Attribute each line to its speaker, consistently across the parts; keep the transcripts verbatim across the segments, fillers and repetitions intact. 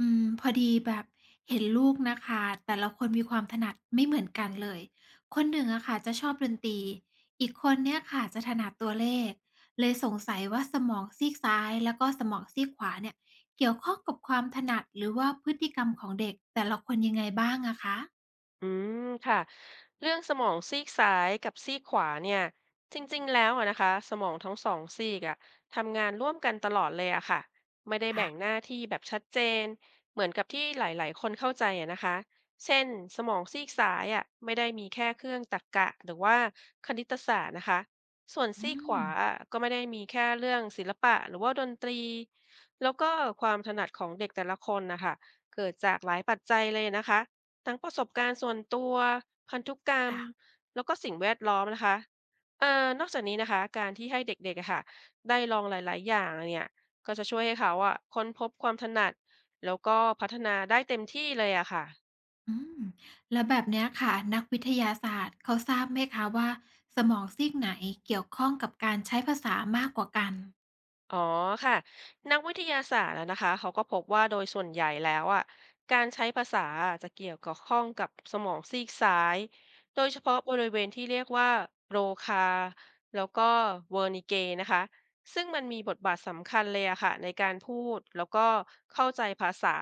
Speaker 1: อืมพอดีแบบเห็นลูกนะคะแต่ละคนมีความถนัดไม่เหมือนกันเลยคนหนึ่งอะค่ะจะชอบดนตรีอีกคนเนี่ยค่ะจะถนัดตัวเลขเลยสงสัยว่าสมองซีกซ้ายแล้วก็สมองซีกขวาเนี่ยเกี่ยวข้องกับความถนัดหรือว่าพฤติกรรมของเด็กแต่ละคนยังไงบ้างอะคะ
Speaker 2: อืมค่ะเรื่องสมองซีกซ้ายกับซีกขวาเนี่ยจริงๆแล้วอะนะคะสมองทั้งสองซีกอะทำงานร่วมกันตลอดเลยอะค่ะไม่ได้
Speaker 1: ค่ะ
Speaker 2: แบ่งหน้าที่แบบชัดเจนเหมือนกับที่หลายๆคนเข้าใจอะนะคะเช่นสมองซีกซ้ายอะไม่ได้มีแค่เครื่องตรรกะหรือว่าคณิตศาสตร์นะคะส่วน
Speaker 1: อื
Speaker 2: ซีกข
Speaker 1: ม
Speaker 2: วาอะก็ไม่ได้มีแค่เรื่องศิลปะหรือว่าดนตรีแล้วก็ความถนัดของเด็กแต่ละคนนะคะเกิดจากหลายปัจจัยเลยนะคะ ทั้งประสบการณ์ส่วนตัวพันธุกรรม
Speaker 1: ค่ะ
Speaker 2: แล้วก็สิ่งแวดล้อมนะคะเอ่อนอกจากนี้นะคะการที่ให้เด็กๆอะค่ะได้ลองหลายๆอย่างเนี่ยก็จะช่วยให้เขาอะค้นพบความถนัดแล้วก็พัฒนาได้เต็มที่เลยอะค่ะ
Speaker 1: อืมแล้วแบบเนี้ยค่ะนักวิทยาศาสตร์เขาทราบไหมคะว่าสมองซีกไหนเกี่ยวข้องกับการใช้ภาษามากกว่ากัน
Speaker 2: อ๋อค่ะนักวิทยาศาสตร์อะนะคะเขาก็พบว่าโดยส่วนใหญ่แล้วอ่ะการใช้ภาษาอะจะเกี่ยวกับข้องกับสมองซีกซ้ายโดยเฉพาะบริเวณที่เรียกว่าโบรคาแล้วก็เวอร์นิเกนะคะซึ่งมันมีบทบาทสำคัญเลยอะค่ะในการพูดแล้วก็เข้าใจภาษา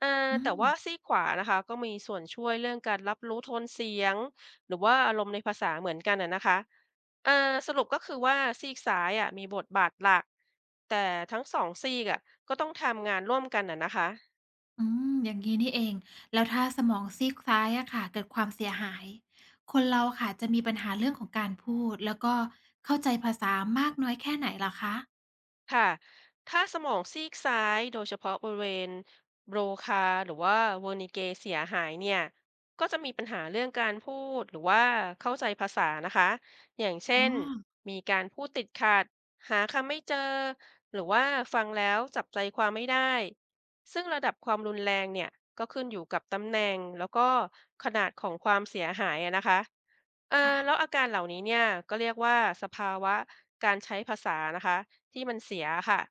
Speaker 2: เอ่อ
Speaker 1: อื
Speaker 2: แต่
Speaker 1: ม
Speaker 2: ว่าซีกขวานะคะก็มีส่วนช่วยเรื่องการรับรู้โทนเสียงหรือว่าอารมณ์ในภาษาเหมือนกันอะนะคะ เอ่อสรุปก็คือว่าซีกซ้ายอะมีบทบาทหลักแต่ทั้งสองซีกอะก็ต้องทำงานร่วมกันอะนะคะ
Speaker 1: อืมอย่างนี้นี่เอง แล้วถ้าสมองซีกซ้ายอะค่ะเกิดความเสียหาย คนเราค่ะจะมีปัญหาเรื่องของการพูดแล้วก็เข้าใจภาษามากน้อยแค่ไหนล่ะคะ
Speaker 2: ค่ะถ้าสมองซีกซ้ายโดยเฉพาะบริเวณโบรคาหรือว่าเวอร์นิเกเสียหายเนี่ยก็จะมีปัญหาเรื่องการพูดหรือว่าเข้าใจภาษานะคะอย่าง
Speaker 1: อ๋
Speaker 2: เช่
Speaker 1: อ
Speaker 2: น มีการพูดติดขัดหาคำไม่เจอหรือว่าฟังแล้วจับใจความไม่ได้ ซึ่งระดับความรุนแรงเนี่ยก็ขึ้นอยู่กับตำแหน่งแล้วก็ขนาดของความเสียหายอะนะคะ เออ
Speaker 1: ค่ะ
Speaker 2: แล้วอาการเหล่านี้เนี่ยก็เรียกว่าสภาวะการใช้ภาษานะคะที่มันเสียค่ะ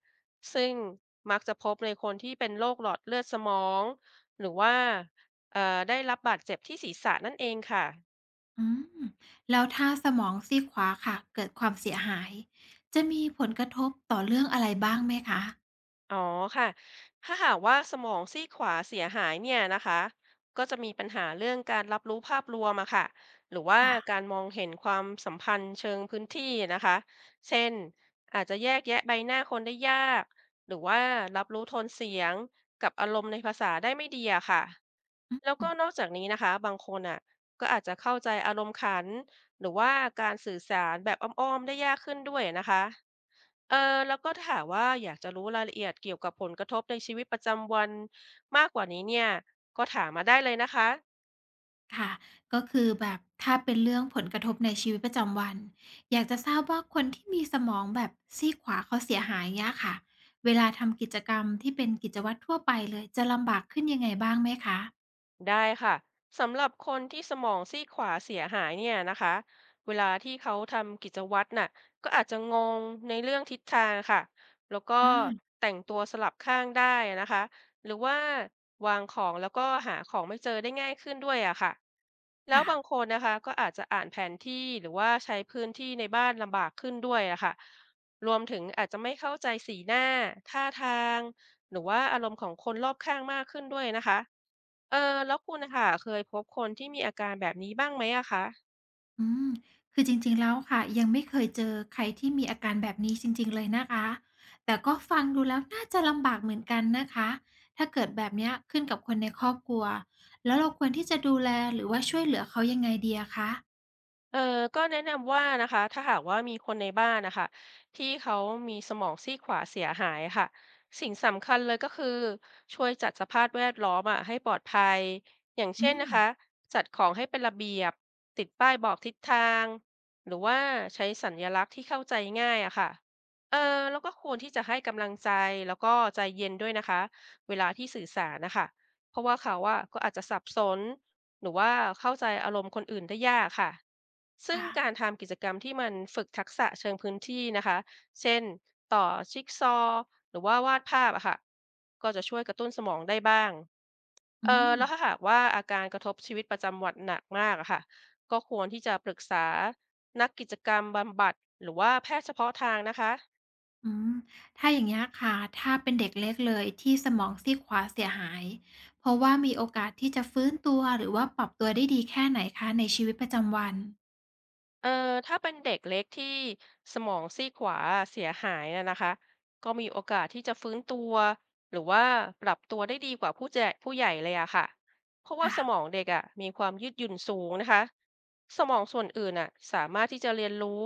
Speaker 2: ซึ่งมักจะพบในคนที่เป็นโรคหลอดเลือดสมองหรือว่าเอ่อได้รับบาดเจ็บที่ศีรษะนั่นเองค่ะ
Speaker 1: อืมแล้วถ้าสมองซีกขวาค่ะเกิดความเสียหายจะมีผลกระทบต่อเรื่องอะไรบ้างไหมคะ
Speaker 2: อ๋อค่ะ ถ้าหากว่าสมองซีกขวาเสียหายเนี่ยนะคะก็จะมีปัญหาเรื่องการรับรู้ภาพรวมอะค่ะ หรือว่ากา
Speaker 1: ค่ะ
Speaker 2: รมองเห็นความสัมพันธ์เชิงพื้นที่นะคะ เช่น อาจจะแยกแยะใบหน้าคนได้ยาก หรือว่ารับรู้โทนเสียงกับอารมณ์ในภาษาได้ไม่ดีอะค่ะแล้วก็นอกจากนี้นะคะบางคนอะก็อาจจะเข้าใจอารมณ์ขัน หรือว่าการสื่อสารแบบอ้อมๆได้ยากขึ้นด้วยนะคะ เออแล้วก็ถ้าหากว่าอยากจะรู้รายละเอียดเกี่ยวกับผลกระทบในชีวิตประจำวันมากกว่านี้เนี่ยก็ถามมาได้เลยนะคะ
Speaker 1: ค่ะก็คือแบบถ้าเป็นเรื่องผลกระทบในชีวิตประจำวันอยากจะทราบว่าคนที่มีสมองแบบซีกขวาเขาเสียหายเงี้ยค่ะเวลาทำกิจกรรมที่เป็นกิจวัตรทั่วไปเลยจะลำบากขึ้นยังไงบ้างไหมคะ
Speaker 2: ได้ค่ะสำหรับคนที่สมองซีกขวาเสียหายเนี่ยนะคะเวลาที่เขาทำกิจวัตรน่ะก็อาจจะงงในเรื่องทิศทางค่ะแล้วก็
Speaker 1: อา
Speaker 2: แต่งตัวสลับข้างได้นะคะหรือว่าวางของแล้วก็หาของไม่เจอได้ง่ายขึ้นด้วยอะค่ะแล้ว
Speaker 1: ค่ะ
Speaker 2: บางคนนะคะก็อาจจะอ่านแผนที่หรือว่าใช้พื้นที่ในบ้านลำบากขึ้นด้วยอะค่ะรวมถึงอาจจะไม่เข้าใจสีหน้าท่าทางหรือว่าอารมณ์ของคนรอบข้างมากขึ้นด้วยนะคะ เออแล้วคุณนะค่ะเคยพบคนที่มีอาการแบบนี้บ้างไหมอะคะ
Speaker 1: อืมคือจริงๆแล้วค่ะยังไม่เคยเจอใครที่มีอาการแบบนี้จริงๆเลยนะคะแต่ก็ฟังดูแล้วน่าจะลำบากเหมือนกันนะคะถ้าเกิดแบบเนี้ยขึ้นกับคนในครอบครัวแล้วเราควรที่จะดูแลหรือว่าช่วยเหลือเขายังไงดีอะคะ
Speaker 2: เออก็แนะนำว่านะคะถ้าหากว่ามีคนในบ้านนะคะที่เขามีสมองซีกขวาเสียหายค่ะสิ่งสำคัญเลยก็คือช่วยจัดสภาพแวดล้อมอะให้ปลอดภัยอย่าง
Speaker 1: อื
Speaker 2: เช่น
Speaker 1: ม
Speaker 2: นะคะจัดของให้เป็นระเบียบติดป้ายบอกทิศทางหรือว่าใช้สัญลักษณ์ที่เข้าใจง่ายอะค่ะเออแล้วก็ควรที่จะให้กำลังใจแล้วก็ใจเย็นด้วยนะคะเวลาที่สื่อสารนะคะเพราะว่าเขาอะก็อาจจะสับสนหรือว่าเข้าใจอารมณ์คนอื่นได้ยากค่ะ ซึ่ง
Speaker 1: ค่ะ
Speaker 2: การทำกิจกรรมที่มันฝึกทักษะเชิงพื้นที่นะคะ เช่นต่อชิกซอว์หรือว่าวาดภาพอะค่ะก็จะช่วยกระตุ้นสมองได้บ้าง
Speaker 1: อื
Speaker 2: เออ
Speaker 1: ม
Speaker 2: แล้วถ้าหากว่าอาการกระทบชีวิตประจำวันหนักมากอะค่ะก็ควรที่จะปรึกษานักกิจกรรมบำบัดหรือว่าแพทย์เฉพาะทางนะคะ
Speaker 1: อืมถ้าอย่างเงี้ยค่ะถ้าเป็นเด็กเล็กเลยที่สมองซีกขวาเสียหาย เพราะว่ามีโอกาสที่จะฟื้นตัวหรือว่าปรับตัวได้ดีแค่ไหนคะในชีวิตประจำวัน
Speaker 2: เอ่อถ้าเป็นเด็กเล็กที่สมองซีกขวาเสียหายนะนะคะก็มีโอกาสที่จะฟื้นตัวหรือว่าปรับตัวได้ดีกว่าผู้แจผู้ใหญ่เลยอะค่ะเพราะว่า
Speaker 1: ค่ะ
Speaker 2: สมองเด็กอะมีความยืดหยุ่นสูงนะคะสมองส่วนอื่นอะสามารถที่จะเรียนรู้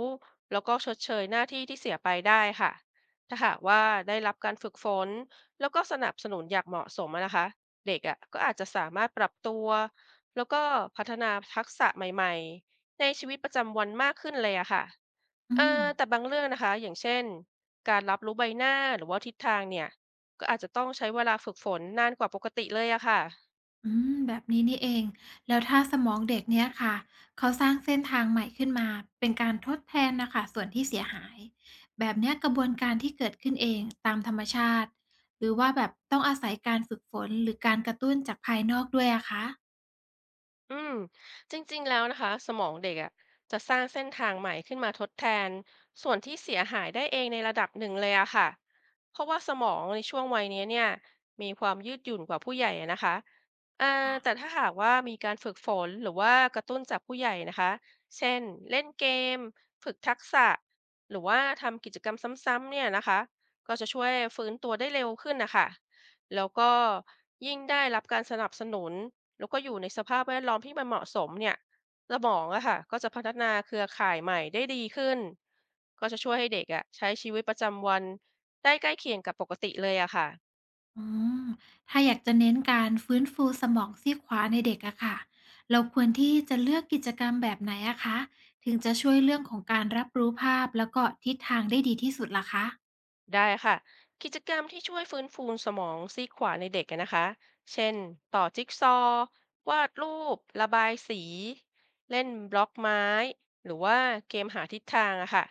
Speaker 2: แล้วก็ชดเชยหน้าที่ที่เสียไปได้ค่ะถ้าหากว่าได้รับการฝึกฝนแล้วก็สนับสนุนอย่างเหมาะสมอะนะคะเด็กอะก็อาจจะสามารถปรับตัวแล้วก็พัฒนาทักษะใหม่ๆ ในชีวิตประจำวันมากขึ้นเลยอะค่ะ
Speaker 1: อื
Speaker 2: เอ
Speaker 1: ม
Speaker 2: อแต่บางเรื่องนะคะ อย่างเช่น การรับรู้ใบหน้าหรือว่าทิศทางเนี่ย ก็อาจจะต้องใช้เวลาฝึกฝนนานกว่าปกติเลยอะค่ะ
Speaker 1: อืมแบบนี้นี่เอง แล้วถ้าสมองเด็กเนี่ยค่ะเขาสร้างเส้นทางใหม่ขึ้นมาเป็นการทดแทนน่ะค่ะส่วนที่เสียหาย แบบเนี้ยกระบวนการที่เกิดขึ้นเองตามธรรมชาติหรือว่าแบบต้องอาศัยการฝึกฝนหรือการกระตุ้นจากภายนอกด้วยอะคะ
Speaker 2: อืมจริงๆแล้วนะคะสมองเด็กอะจะสร้างเส้นทางใหม่ขึ้นมาทดแทนส่วนที่เสียหายได้เองในระดับหนึ่งเลยอะค่ะเพราะว่าสมองในช่วงวัยนี้เนี่ยมีความยืดหยุ่นกว่าผู้ใหญ่อะนะคะอ่า
Speaker 1: ค่ะ
Speaker 2: แต่ถ้าหากว่ามีการฝึกฝนหรือว่ากระตุ้นจากผู้ใหญ่นะคะเช่นเล่นเกมฝึกทักษะหรือว่าทำกิจกรรมซ้ำๆเนี่ยนะคะก็จะช่วยฟื้นตัวได้เร็วขึ้นนะคะแล้วก็ยิ่งได้รับการสนับสนุน แล้วก็อยู่ในสภาพแวดล้อมที่มันเหมาะสมเนี่ยสมองอะค่ะก็จะพัฒนาเครือข่ายใหม่ได้ดีขึ้นก็จะช่วยให้เด็กอะใช้ชีวิตประจำวันได้ใกล้เคียงกับปกติเลยอะค่ะ
Speaker 1: อ๋อถ้าอยากจะเน้นการฟื้นฟูสมองซีกขวาในเด็กอะค่ะ เราควรที่จะเลือกกิจกรรมแบบไหนอะคะ ถึงจะช่วยเรื่องของการรับรู้ภาพแล้วก็ทิศทางได้ดีที่สุดล่ะคะ
Speaker 2: ได้ค่ะกิจกรรมที่ช่วยฟื้นฟูสมองซีกขวาในเด็กอะนะคะเช่นต่อจิ๊กซอว์วาดรูประบายสีเล่นบล็อกไม้หรือว่าเกมหาทิศทางอะค่ะ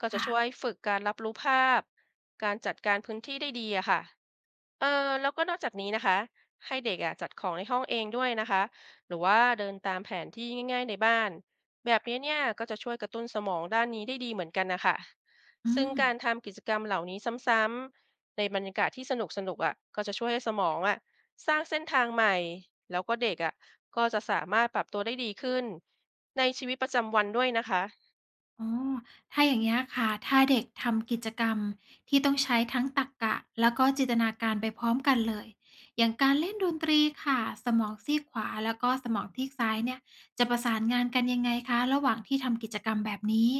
Speaker 2: ก็จะ
Speaker 1: ค่ะ
Speaker 2: ช่วยฝึกการรับรู้ภาพการจัดการพื้นที่ได้ดีอะค่ะ เออแล้วก็นอกจากนี้นะคะให้เด็กอะจัดของในห้องเองด้วยนะคะหรือว่าเดินตามแผนที่ง่ายๆในบ้านแบบนี้เนี่ยก็จะช่วยกระตุ้นสมองด้านนี้ได้ดีเหมือนกันนะคะ
Speaker 1: อื
Speaker 2: ซึ่ง
Speaker 1: ม
Speaker 2: การทำกิจกรรมเหล่านี้ซ้ำๆในบรรยากาศที่สนุกๆอ่ะก็จะช่วยให้สมองอ่ะสร้างเส้นทางใหม่แล้วก็เด็กอ่ะก็จะสามารถปรับตัวได้ดีขึ้นในชีวิตประจำวันด้วยนะคะ
Speaker 1: อ๋อถ้าอย่างนี้ยค่ะถ้าเด็กทำกิจกรรมที่ต้องใช้ทั้งตรรกะแล้วก็จินตนาการไปพร้อมกันเลยอย่างการเล่นดนตรีค่ะสมองซีกขวาแล้วก็สมองซีกซ้ายเนี่ยจะประสานงานกันยังไงคะระหว่างที่ทำกิจกรรมแบบนี้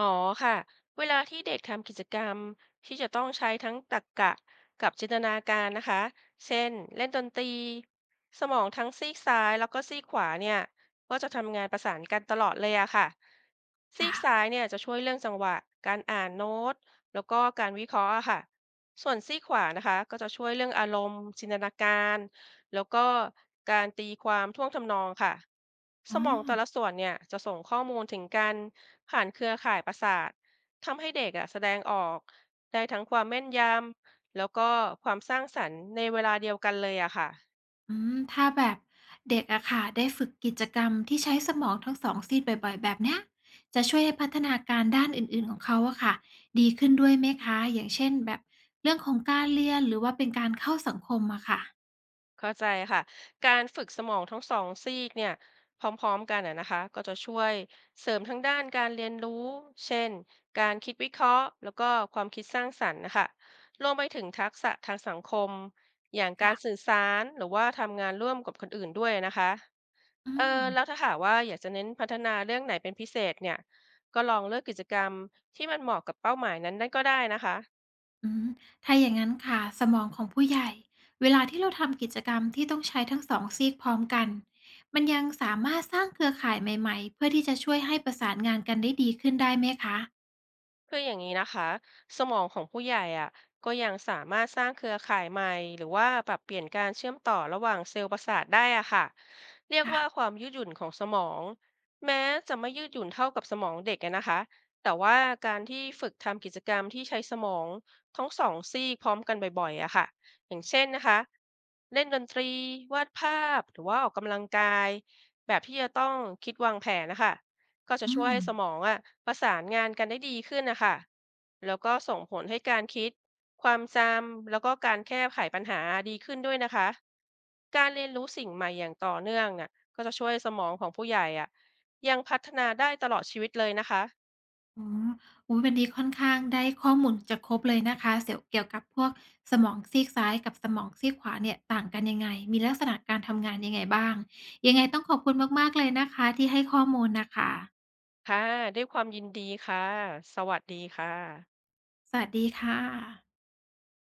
Speaker 2: อ๋อค่ะเวลาที่เด็กทำกิจกรรมที่จะต้องใช้ทั้งตรรกะกับจินตนาการนะคะเช่นเล่นดนตรีสมองทั้งซีกซ้ายแล้วก็ซีกขวาเนี่ยก็จะทำงานประสานกันตลอดเลยอะค่ะซี
Speaker 1: ค่ะ
Speaker 2: กซ้ายเนี่ยจะช่วยเรื่องจังหวะการอ่านโน้ตแล้วก็การวิเคราะห์อะค่ะส่วนซีกขวานะคะก็จะช่วยเรื่องอารมณ์จินตนาการ แล้วก็การตีความท่วงทำนองค่ะส
Speaker 1: อ๋อ
Speaker 2: มองแต่ละส่วนเนี่ยจะส่งข้อมูลถึงกันผ่านเครือข่ายประสาททำให้เด็กอะแสดงออกได้ทั้งความแม่นยำแล้วก็ความสร้างสรรค์ในเวลาเดียวกันเลยอะค่ะ
Speaker 1: อืมถ้าแบบเด็กอะค่ะได้ฝึกกิจกรรมที่ใช้สมองทั้งสองซีกบ่อยๆแบบเนี้ยจะช่วยให้พัฒนาการด้านอื่นๆของเขาอะค่ะดีขึ้นด้วยไหมคะอย่างเช่นแบบเรื่องของการเรียนหรือว่าเป็นการเข้าสังคมอะค่ะ
Speaker 2: เข้าใจค่ะการฝึกสมองทั้งสองซีกเนี่ยพร้อมๆกันอะนะคะก็จะช่วยเสริมทั้งด้านการเรียนรู้เช่นการคิดวิเคราะห์แล้วก็ความคิดสร้างสรรค์นะคะรวมไปถึงทักษะทางสังคมอย่างการ
Speaker 1: ค่ะ
Speaker 2: สื่อสารหรือว่าทำงานร่วมกับคนอื่นด้วยนะคะ
Speaker 1: อื
Speaker 2: เอ
Speaker 1: ม
Speaker 2: อแล้วถ้าหากว่าอยากจะเน้นพัฒนาเรื่องไหนเป็นพิเศษเนี่ยก็ลองเลือกกิจกรรมที่มันเหมาะกับเป้าหมายนั้นได้ก็ได้นะคะ
Speaker 1: อืมถ้าอย่างนั้นค่ะสมองของผู้ใหญ่เวลาที่เราทำกิจกรรมที่ต้องใช้ทั้งสองซีกพร้อมกันมันยังสามารถสร้างเครือข่ายใหม่ๆเพื่อที่จะช่วยให้ประสานงานกันได้ดีขึ้นได้ไหมคะ
Speaker 2: คืออย่างนี้นะคะสมองของผู้ใหญ่อ่ะก็ยังสามารถสร้างเครือข่ายใหม่หรือว่าปรับเปลี่ยนการเชื่อมต่อระหว่างเซลล์ประสาทได้อ่ะค่ะเรียก
Speaker 1: ค่ะ
Speaker 2: ว่าความยืดหยุ่นของสมองแม้จะไม่ยืดหยุ่นเท่ากับสมองเด็กอะนะคะแต่ว่าการที่ฝึกทำกิจกรรมที่ใช้สมองทั้งสองซีกพร้อมกันบ่อยๆอะค่ะอย่างเช่นนะคะเล่นดนตรีวาดภาพหรือว่าออกกำลังกายแบบที่จะต้องคิดวางแผนนะคะ ก็จะ
Speaker 1: อื
Speaker 2: ช่วย
Speaker 1: ม
Speaker 2: ให้สมองอะประสานงานกันได้ดีขึ้นนะคะแล้วก็ส่งผลให้การคิดความจำแล้วก็การแก้ไขปัญหาดีขึ้นด้วยนะคะการเรียนรู้สิ่งใหม่อย่างต่อเนื่องน่ะก็จะช่วยสมองของผู้ใหญ่อะยังพัฒนาได้ตลอดชีวิตเลยนะคะ
Speaker 1: อ๋อโอ้โฮวันนี้ค่อนข้างได้ข้อมูลจะครบเลยนะคะ เสี่ยวเกี่ยวกับพวกสมองซีกซ้ายกับสมองซีกขวาเนี่ยต่างกันยังไง มีลักษณะการทำงานยังไงบ้าง ยังไงต้องขอบคุณมากๆเลยนะคะที่ให้ข้อมูลน่ะค่ะ
Speaker 2: ค่ะด้วยความยินดีค่ะสวัสดีค่ะ
Speaker 1: สวัสดีค่ะ